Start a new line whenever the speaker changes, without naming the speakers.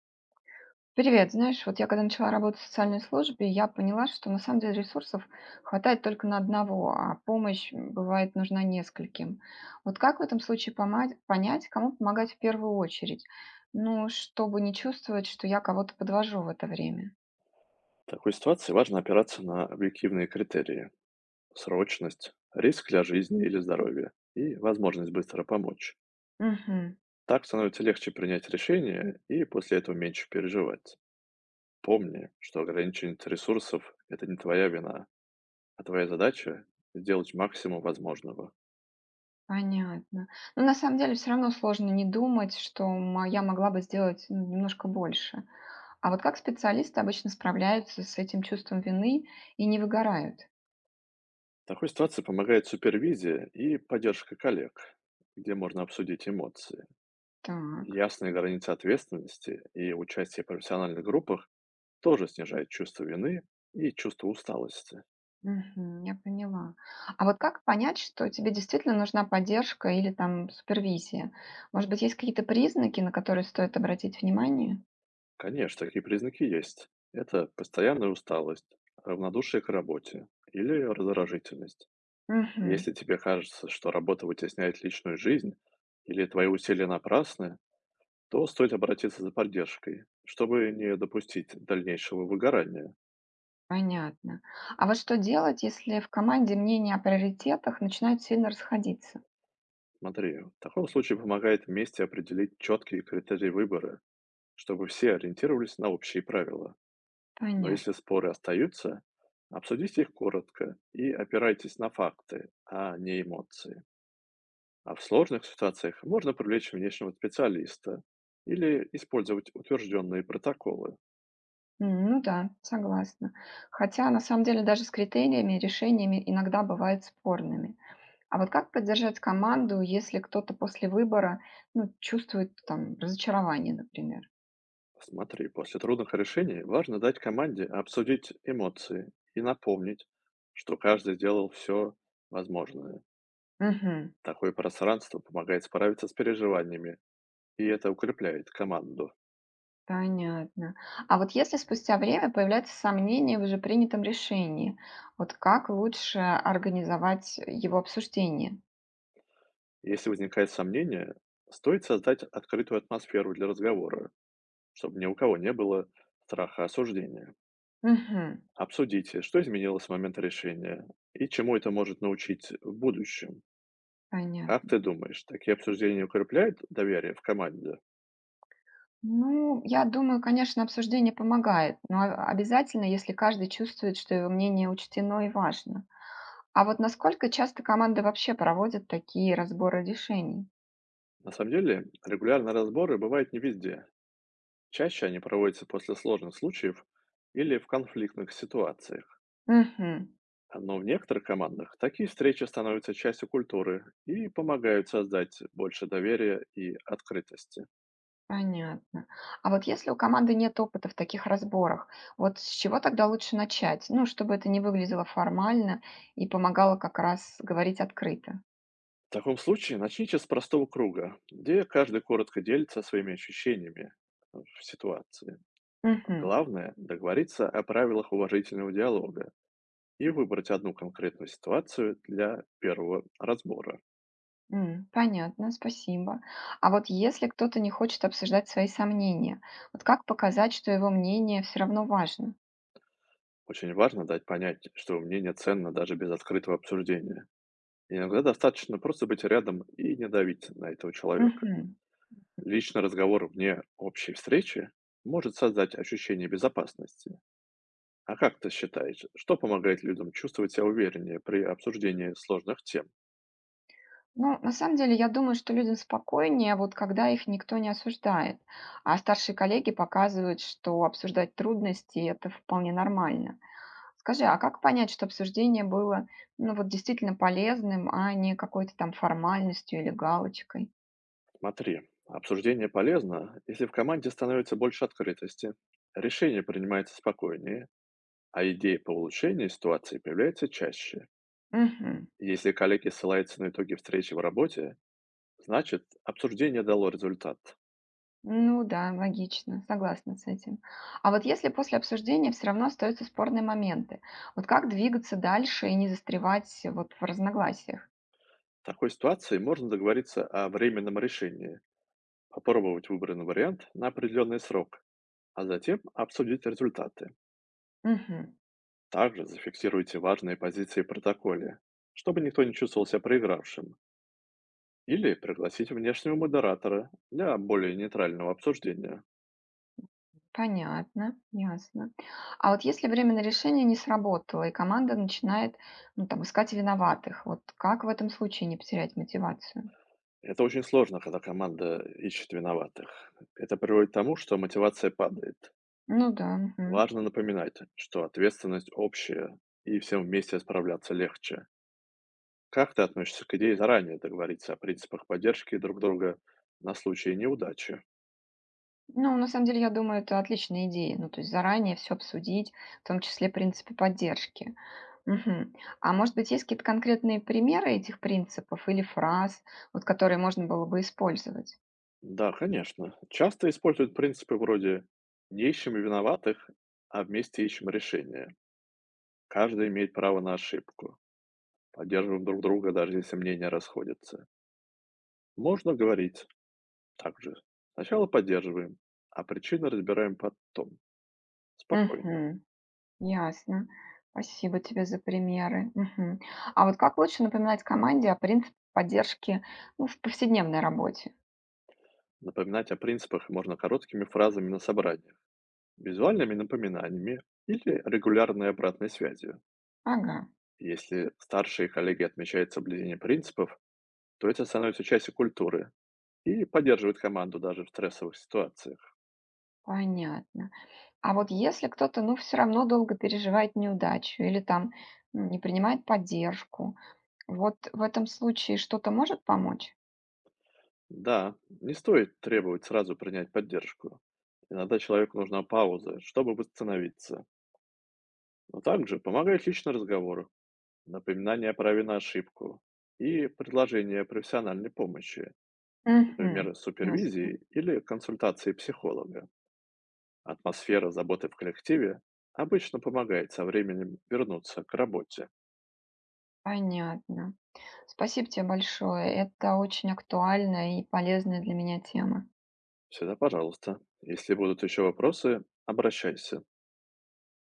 Привет, знаешь, вот я когда начала работать в социальной службе, я поняла, что на самом деле ресурсов хватает только на одного, а помощь бывает нужна нескольким. Вот как в этом случае понять, кому помогать в первую очередь? Ну, чтобы не чувствовать, что я кого-то подвожу в это время.
В такой ситуации важно опираться на объективные критерии– срочность, риск для жизни или здоровья и возможность быстро помочь.
Угу,
Так становится легче принять решение и после этого меньше переживать. Помни, что ограничение ресурсов– это не твоя вина, а твоя задача– сделать максимум возможного.
понятно. Но на самом деле все равно сложно не думать, что я могла бы сделать ну, немножко больше. А вот как специалисты обычно справляются с этим чувством вины и не выгорают?
В такой ситуации помогает супервизия и поддержка коллег, где можно обсудить эмоции.
Так.
Ясные границы ответственности и участие в профессиональных группах тоже снижает чувство вины и чувство усталости.
Мгм. Я поняла. А вот как понять, что тебе действительно нужна поддержка или там супервизия? Может быть, есть какие-то признаки, на которые стоит обратить внимание?
Конечно, такие признаки есть. Это постоянная усталость, равнодушие к работе или раздражительность.
Мгм.
Если тебе кажется, что работа вытесняет личную жизнь или твои усилия напрасны, то стоит обратиться за поддержкой, чтобы не допустить дальнейшего выгорания.
Понятно. А вот что делать, если в команде мнения о приоритетах начинают сильно расходиться?
Смотри, в таком случае помогает вместе определить четкие критерии выбора, чтобы все ориентировались на общие правила. Но если
Понятно.
споры остаются, обсудите их коротко и опирайтесь на факты, а не эмоции. А в сложных ситуациях можно привлечь внешнего специалиста или использовать утвержденные протоколы.
Ну да, согласна. Хотя на самом деле даже с критериями и решениями иногда бывают спорными. А вот как поддержать команду, если кто-то после выбора ну, чувствует там разочарование, например?
Смотри, после трудных решений важно дать команде обсудить эмоции и напомнить, что каждый сделал все возможное.
Мгм.
Такое пространство помогает справиться с переживаниями, и это укрепляет команду.
Понятно. А вот если спустя время появляются сомнения в уже принятом решении, вот как лучше организовать его обсуждение?
Если возникает сомнение, стоит создать открытую атмосферу для разговора, чтобы ни у кого не было страха осуждения.
Мгм.
Обсудите, что изменилось с момента решения и чему это может научить в будущем. Как ты
Понятно.
думаешь, такие обсуждения укрепляют доверие в команде?
Ну, я думаю, конечно, обсуждение помогает, но обязательно, если каждый чувствует, что его мнение учтено и важно. А вот насколько часто команды вообще проводят такие разборы решений?
На самом деле, регулярные разборы бывают не везде. Чаще они проводятся после сложных случаев или в конфликтных ситуациях.
Мгм.
Но в некоторых командах такие встречи становятся частью культуры и помогают создать больше доверия и открытости.
Понятно. А вот если у команды нет опыта в таких разборах, вот с чего тогда лучше начать? Ну, чтобы это не выглядело формально и помогало как раз говорить открыто.
В таком случае начните с простого круга, где каждый коротко делится своими ощущениями в ситуации.
Мгм.
Главное– договориться о правилах уважительного диалога и выбрать одну конкретную ситуацию для первого разбора.
Понятно, спасибо. А вот если кто-то не хочет обсуждать свои сомнения, вот как показать, что его мнение все равно важно?
Очень важно дать понять, что мнение ценно даже без открытого обсуждения. Иногда достаточно просто быть рядом и не давить на этого человека.
Мгм.
Личный разговор вне общей встречи может создать ощущение безопасности. А как ты считаешь, что помогает людям чувствовать себя увереннее при обсуждении сложных тем?
Ну, на самом деле, я думаю, что людям спокойнее, вот когда их никто не осуждает, а старшие коллеги показывают, что обсуждать трудности – это вполне нормально. Скажи, а как понять, что обсуждение было, ну вот действительно полезным, а не какой-то там формальностью или галочкой?
Смотри, обсуждение полезно, если в команде становится больше открытости, решение принимается спокойнее, а идеи по улучшению ситуации появляются чаще.
Мгм.
Если коллеги ссылаются на итоги встречи в работе, значит обсуждение дало результат.
Ну да, логично, согласна с этим. А вот если после обсуждения все равно остаются спорные моменты, вот как двигаться дальше и не застревать вот в разногласиях?
В такой ситуации можно договориться о временном решении, попробовать выбранный вариант на определенный срок, а затем обсудить результаты.
Мгм.
Также зафиксируйте важные позиции в протоколе, чтобы никто не чувствовал себя проигравшим, или пригласить внешнего модератора для более нейтрального обсуждения.
Понятно, ясно. А вот если время на решение не сработало, и команда начинает, ну, там, искать виноватых, вот как в этом случае не потерять мотивацию?
Это очень сложно, когда команда ищет виноватых. Это приводит к тому, что мотивация падает.
Ну да, мгм.
Важно напоминать, что ответственность общая, и всем вместе справляться легче. Как ты относишься к идее заранее договориться о принципах поддержки друг друга на случай неудачи?
Ну, на самом деле, я думаю, это отличная идея. Ну, то есть заранее все обсудить, в том числе принципы поддержки. Мгм. А может быть, есть какие-то конкретные примеры этих принципов или фраз, вот, которые можно было бы использовать?
Да, конечно. Часто используют принципы вроде «не ищем виноватых, а вместе ищем решение». Каждый имеет право на ошибку. Поддерживаем друг друга, даже если мнения расходятся. Можно говорить также. Сначала поддерживаем, а причины разбираем потом. Спокойно.
Мгм. Ясно. Спасибо тебе за примеры. Мгм. А вот как лучше напоминать команде о принципе поддержки ну, в повседневной работе?
Напоминать о принципах можно короткими фразами на собраниях, визуальными напоминаниями или регулярной обратной связью.
Ага,
Если старшие коллеги отмечают соблюдение принципов, то это становится частью культуры и поддерживает команду даже в стрессовых ситуациях.
понятно. А вот если кто-то, ну, все равно долго переживает неудачу или там не принимает поддержку, вот в этом случае что-то может помочь?
Да, не стоит требовать сразу принять поддержку. Иногда человеку нужна пауза, чтобы восстановиться. Но также помогает личный разговор, напоминание о праве на ошибку и предложение профессиональной помощи, например,
Мгм. Ясно,
супервизии или консультации психолога. Атмосфера заботы в коллективе обычно помогает со временем вернуться к работе.
понятно. Спасибо тебе большое. Это очень актуальная и полезная для меня тема.
Всегда пожалуйста. Если будут еще вопросы, обращайся.